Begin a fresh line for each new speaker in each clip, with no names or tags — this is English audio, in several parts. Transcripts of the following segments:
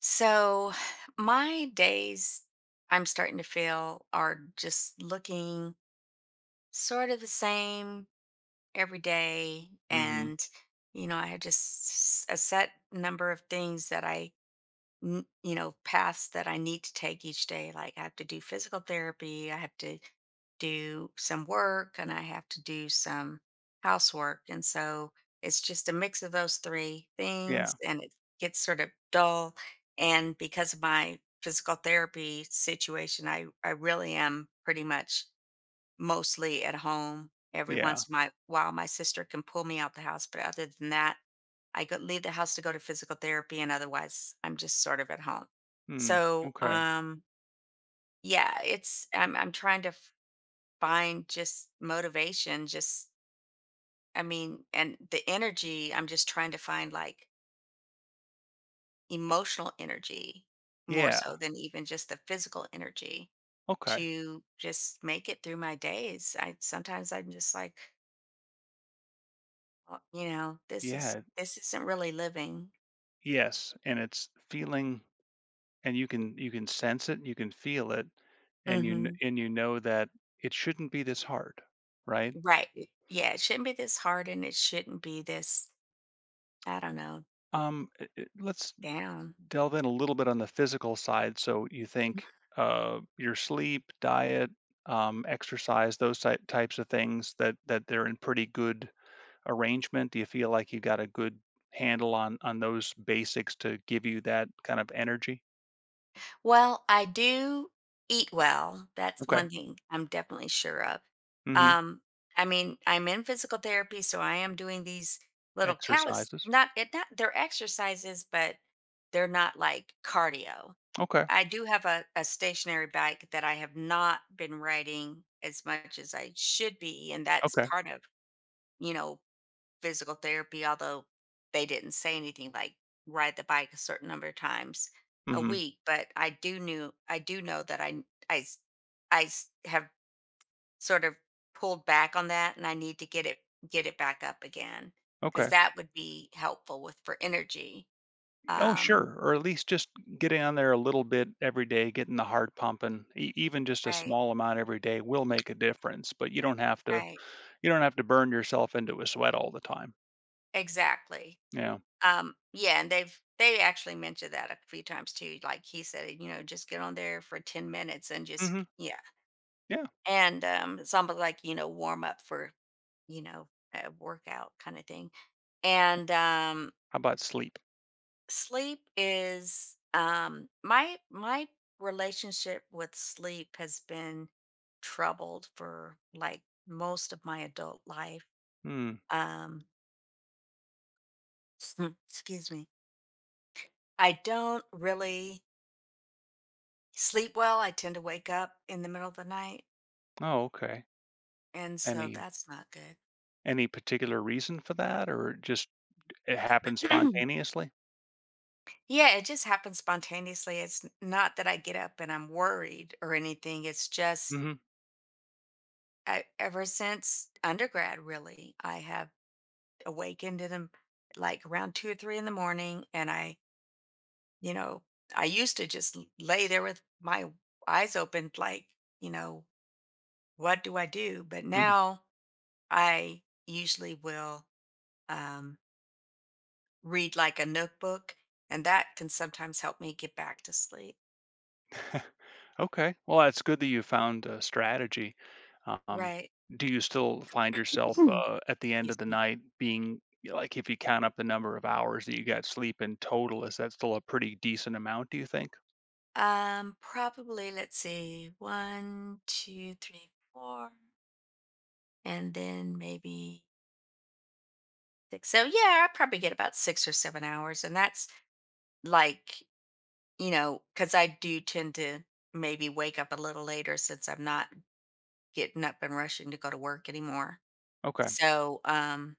So my days, I'm starting to feel, are just looking sort of the same every day.
Mhm.
And, I have just a set number of things that I paths that I need to take each day. Like, I have to do physical therapy, I have to do some work, and I have to do some housework. And so it's just a mix of those three
Yeah.
things, and it gets sort of dull. And because of my physical therapy situation, I really am pretty much mostly at home. Every
Yeah.
once in my while my sister can pull me out the house, but other than that I go leave the house to go to physical therapy, and otherwise I'm just sort of at home.
Mm.
So,
Okay.
um, yeah, it's I'm trying to find just motivation, just and the energy. I'm just trying to find, like, emotional energy more
Yeah.
so than even just the physical energy
Okay.
to just make it through my days. I sometimes I'm just like, "Oh, you know, this is
Yeah.
this isn't really living."
Yes. And it's feeling and you can sense it, you can feel it, and
Hmm.
you know that it shouldn't be this hard, right?
Right. Yeah, it shouldn't be this hard, and it shouldn't be this, I don't know,
Let's
down.
delve in a little bit on the physical side. So you think your sleep, diet, exercise, those types of things that that they're in pretty good arrangement? Do you feel like you got a good handle on those basics to give you that kind of energy?
Well, I do eat well. That's
Okay.
one thing I'm definitely sure of.
Mhm.
Um, I mean, I'm in physical therapy, so I am doing these little callus
Exercises.
not it not they're exercises, but they're not like cardio.
Okay.
I do have a stationary bike that I have not been riding as much as I should be, and that's
Okay.
part of, you know, physical therapy, although they didn't say anything like ride the bike a certain number of times a
Mhm.
week. But I do knew I do know that I s- I have sort of pulled back on that, and I need to get it back up again because
Okay.
that would be helpful with for energy.
Oh,
Um,
sure. Or at least just getting on there a little bit every day, getting the heart pumping, even just a
right,
small amount every day will make a difference, but you don't have to
right,
you don't have to burn yourself into a sweat all the time.
exactly.
Yeah.
Yeah, and they actually mentioned that a few times too. Like he said, you know, just get on there for 10 minutes and
Mhm.
just yeah.
Yeah.
It's almost like, you know, warm up for, you know, a workout kinda thing. And, um,
How about sleep?
sleep is, my relationship with sleep has been troubled for, like, most of my adult life.
Hmm.
Um, excuse me. I don't really sleep well. I tend to wake up in the middle of the night,
Oh, okay.
and so
Any
that's not good.
any particular reason for that, or just it happened spontaneously?
Yeah, it just happens spontaneously. It's not that I get up and I'm worried or anything. It's just
Mhm,
I, ever since undergrad, really, I have awakened in the, like, around two or three in the morning. And I, you know, I used to just lay there with my eyes open, like, you know, what do I do? But
mhm.
now I usually will, um, read like a notebook, and that can sometimes help me get back to sleep.
Okay, well, that's good that you found a strategy. Um,
Right.
do you still find yourself, at the end of
Excuse
the
me.
night being like, if you count up the number of hours that you got sleep in total, is that still a pretty decent amount, do you think?
Probably let's see, one, two, three, four, and then maybe six. So yeah, I probably get about 6 or 7 hours, and that's like, because I do tend to maybe wake up a little later since I'm not getting up and rushing to go to work anymore.
Okay,
So,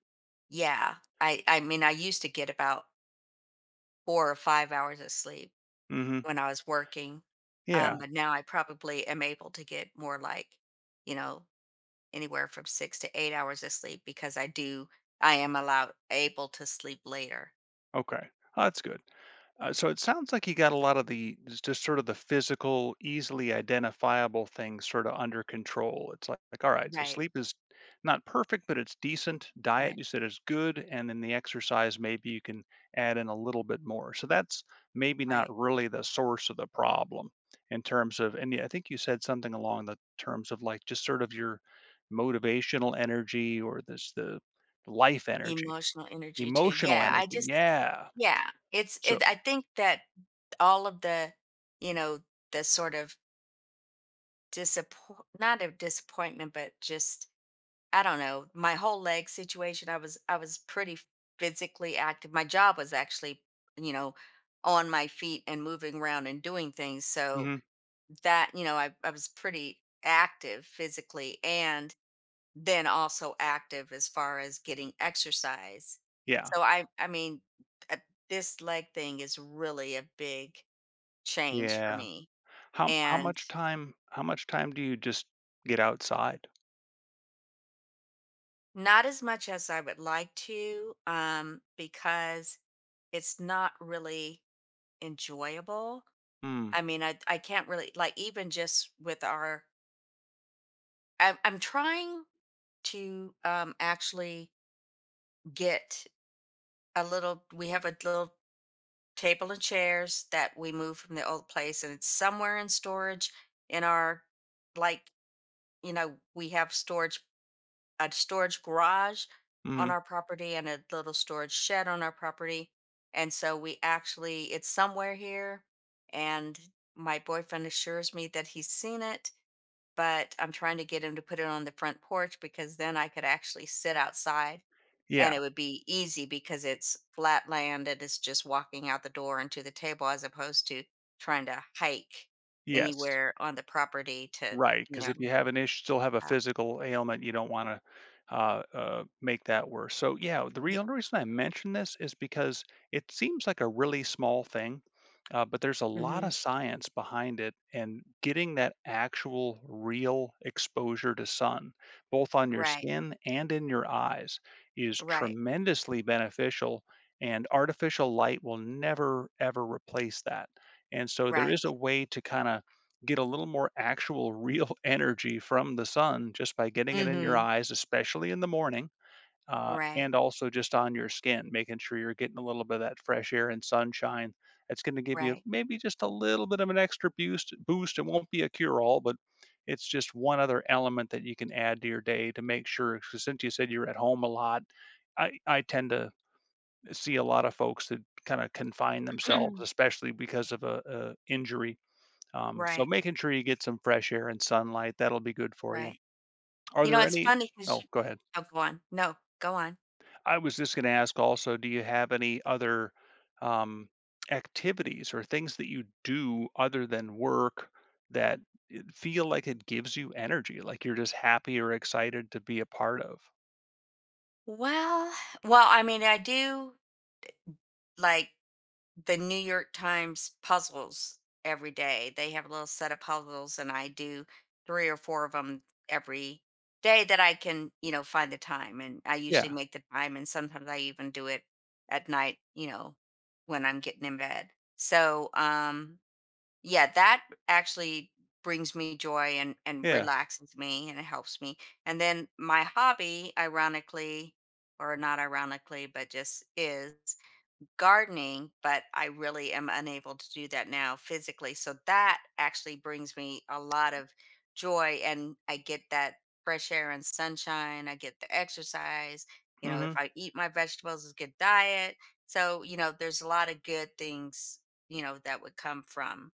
yeah, I mean I used to get about 4 or 5 hours of sleep
mhm,
when I was working,
yeah,
but now I probably am able to get more like, you know anywhere from 6 to 8 hours of sleep because I am allowed, able to sleep later.
okay. Oh, that's good. So it sounds like you got a lot of the just sort of the physical, easily identifiable things sort of under control. It's like, all right, so
Right.
sleep is not perfect, but it's decent. Diet
Right.
you said is good, and then the exercise maybe you can add in a little bit more. So that's maybe not
Right.
really the source of the problem in terms of, and yeah, I think you said something along the terms of like just sort of your motivational energy or this the life energy,
Emotional energy too.
emotional
Yeah. I
energy.
just,
Yeah.
yeah.
So
I think that all of the, you know, the sort of disappoint, not a disappointment, but just, I don't know, my whole leg situation. I was pretty physically active. My job was actually, you know, on my feet and moving around and doing things. So,
mhm,
that you know I was pretty active physically and then also active as far as getting exercise.
yeah.
So I mean, uh, this leg thing is really a big change for
Yeah.
me.
How
And
much time how much time do you just get outside?
not as much as I would like to, um, because it's not really enjoyable.
Mm,
I can't really, like, even just with our I'm trying to, um, actually get a little. We have a little table and chairs that we moved from the old place, and it's somewhere in storage in our, like we have storage, a storage garage on
mhm.
our property, and a little storage shed on our property. And so we actually it's somewhere here. And my boyfriend assures me that he's seen it, but I'm trying to get him to put it on the front porch because then I could actually sit outside,
Yeah,
and it would be easy because it's flat land, and it's just walking out the door into the table as opposed to trying to hike
yes.
anywhere on the property to
Right,
you
because
know
if you have an issue, still have a
uh,
physical ailment, you don't wanna, make that worse. So, yeah, the
y-
real reason I mention this is because it seems like a really small thing, but there's a lot of
mhm,
science behind it and getting that actual real exposure to sun, both on your
right,
skin and in your eyes, is
right,
tremendously beneficial, and artificial light will never, ever replace that. And so there is a
right,
way to kinda get a little more actual real energy from the sun just by getting it in your
hmm,
eyes, especially in the morning,
right,
and also just on your skin, making sure you're getting a little bit of that fresh air and sunshine. It's going to give you
right,
maybe just a little bit of an extra boost. Boost. It won't be a cure-all, but it's just one other element that you can add to your day to make sure. 'Cause since you said you're at home a lot, I tend to see a lot of folks that kind of confine themselves, especially because of a injury, so
right,
making sure you get some fresh air and sunlight, that'll be good for you.
right,
Are there
it's
any—
funny because
oh, go ahead.
oh, go on no, go on.
I was just gonna ask also, do you have any other, um, activities or things that you do other than work that it feel like it gives you energy, like you're just happy or excited to be a part of?
well well, I do, like, the New York Times puzzles every day. They have a little set of puzzles, and I do three or four of them every day that I can, you know, find the time. And I usually
Yeah,
make the time, and sometimes I even do it at night, you know, when I'm getting in bed. So, yeah, that actually brings me joy, and
yeah,
relaxes me, and it helps me. And then my hobby, ironically, or not ironically, but just is gardening. But I really am unable to do that now physically. So that actually brings me a lot of joy, and I get that fresh air and sunshine. I get the exercise. You know, if
mhm,
I eat my vegetables, it's a good diet. So, you know, there's a lot of good things, you know, that would come from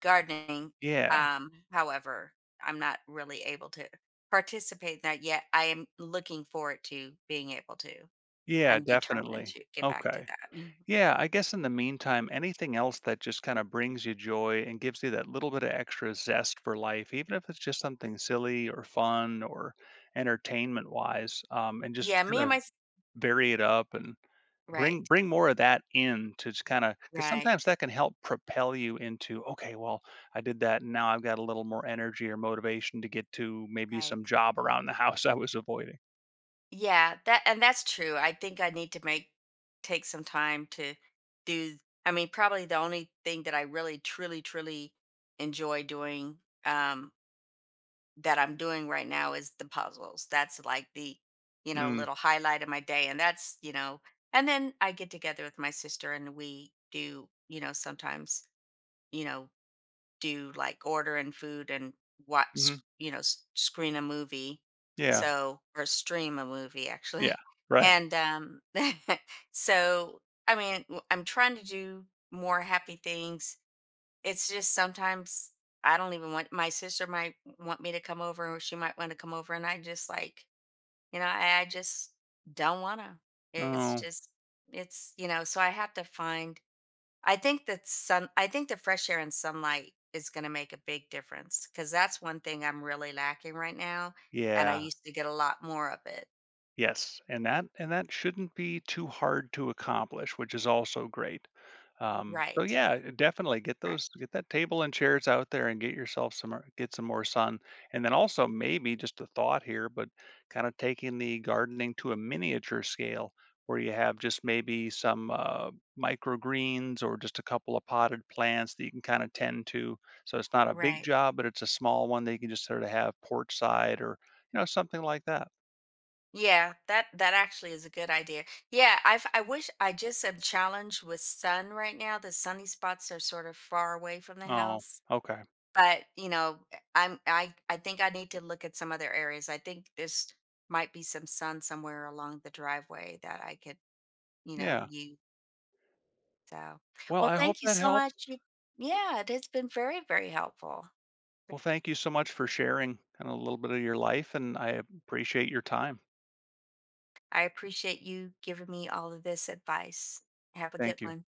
gardening.
yeah.
However, I'm not really able to participate in that yet. I am looking forward to being able to.
Yeah,
I'm determined
definitely.
to get back to
Okay.
that.
Yeah, I guess in the meantime, anything else that just kind of brings you joy and gives you that little bit of extra zest for life, even if it's just something silly or fun or entertainment wise, and just
Yeah, me
kind
and
of
my s
vary it up and
right,
bring more of that in to just kind of because
right,
sometimes that can help propel you into okay, well, I did that and now I've got a little more energy or motivation to get to maybe some
right.
job around the house I was avoiding.
Yeah, that and that's true. I think I need to make take some time to do, I mean, probably the only thing that I really truly, truly enjoy doing, um, that I'm doing right now is the puzzles. That's like the, you know,
Mm,
little highlight of my day. And that's, you know, and then I get together with my sister, and we do, you know, sometimes, you know, do like ordering food and
hmm.
watch,
Mm-hmm.
screen a movie.
Yeah.
So, or stream a movie
Yeah.
actually.
Right.
And, so, I mean, I'm trying to do more happy things. It's just sometimes I don't even want my sister might want me to come over, or she might want to come over, and I just like, I just don't want to. It's
Oh,
just, it's, you know, so I have to find I think the fresh air and sunlight is gonna make a big difference because that's one thing I'm really lacking right now, and I
yeah.
used to get a lot more of it.
Yes, and that shouldn't be too hard to accomplish, which is also great. So
Right.
yeah, definitely get
Right.
those get that table and chairs out there and get yourself some get some more sun. And then also maybe just a thought here, but kind of taking the gardening to a miniature scale where you have just maybe some microgreens or just a couple of potted plants that you can kind of tend to. So it's not a big
Right.
job, but it's a small one that you can just sort of have porch side or you know something like that.
Yeah, that that actually is a good idea. Yeah, I wish I just am challenged with sun right now. The sunny spots are sort of far away from the
Oh,
house.
okay.
But, you know, eh, I think I need to look at some other areas. I think this might be some sun somewhere along the driveway that I could, you know,
Yeah.
use. So,
Well,
well,
I hope
thank you
that
so
helps.
much. You, yeah, it has been very, very helpful.
Well, thank you so much for sharing kind of a little bit of your life, and I appreciate your time.
I appreciate you giving me all of this advice. Have a good
Thank you.
one.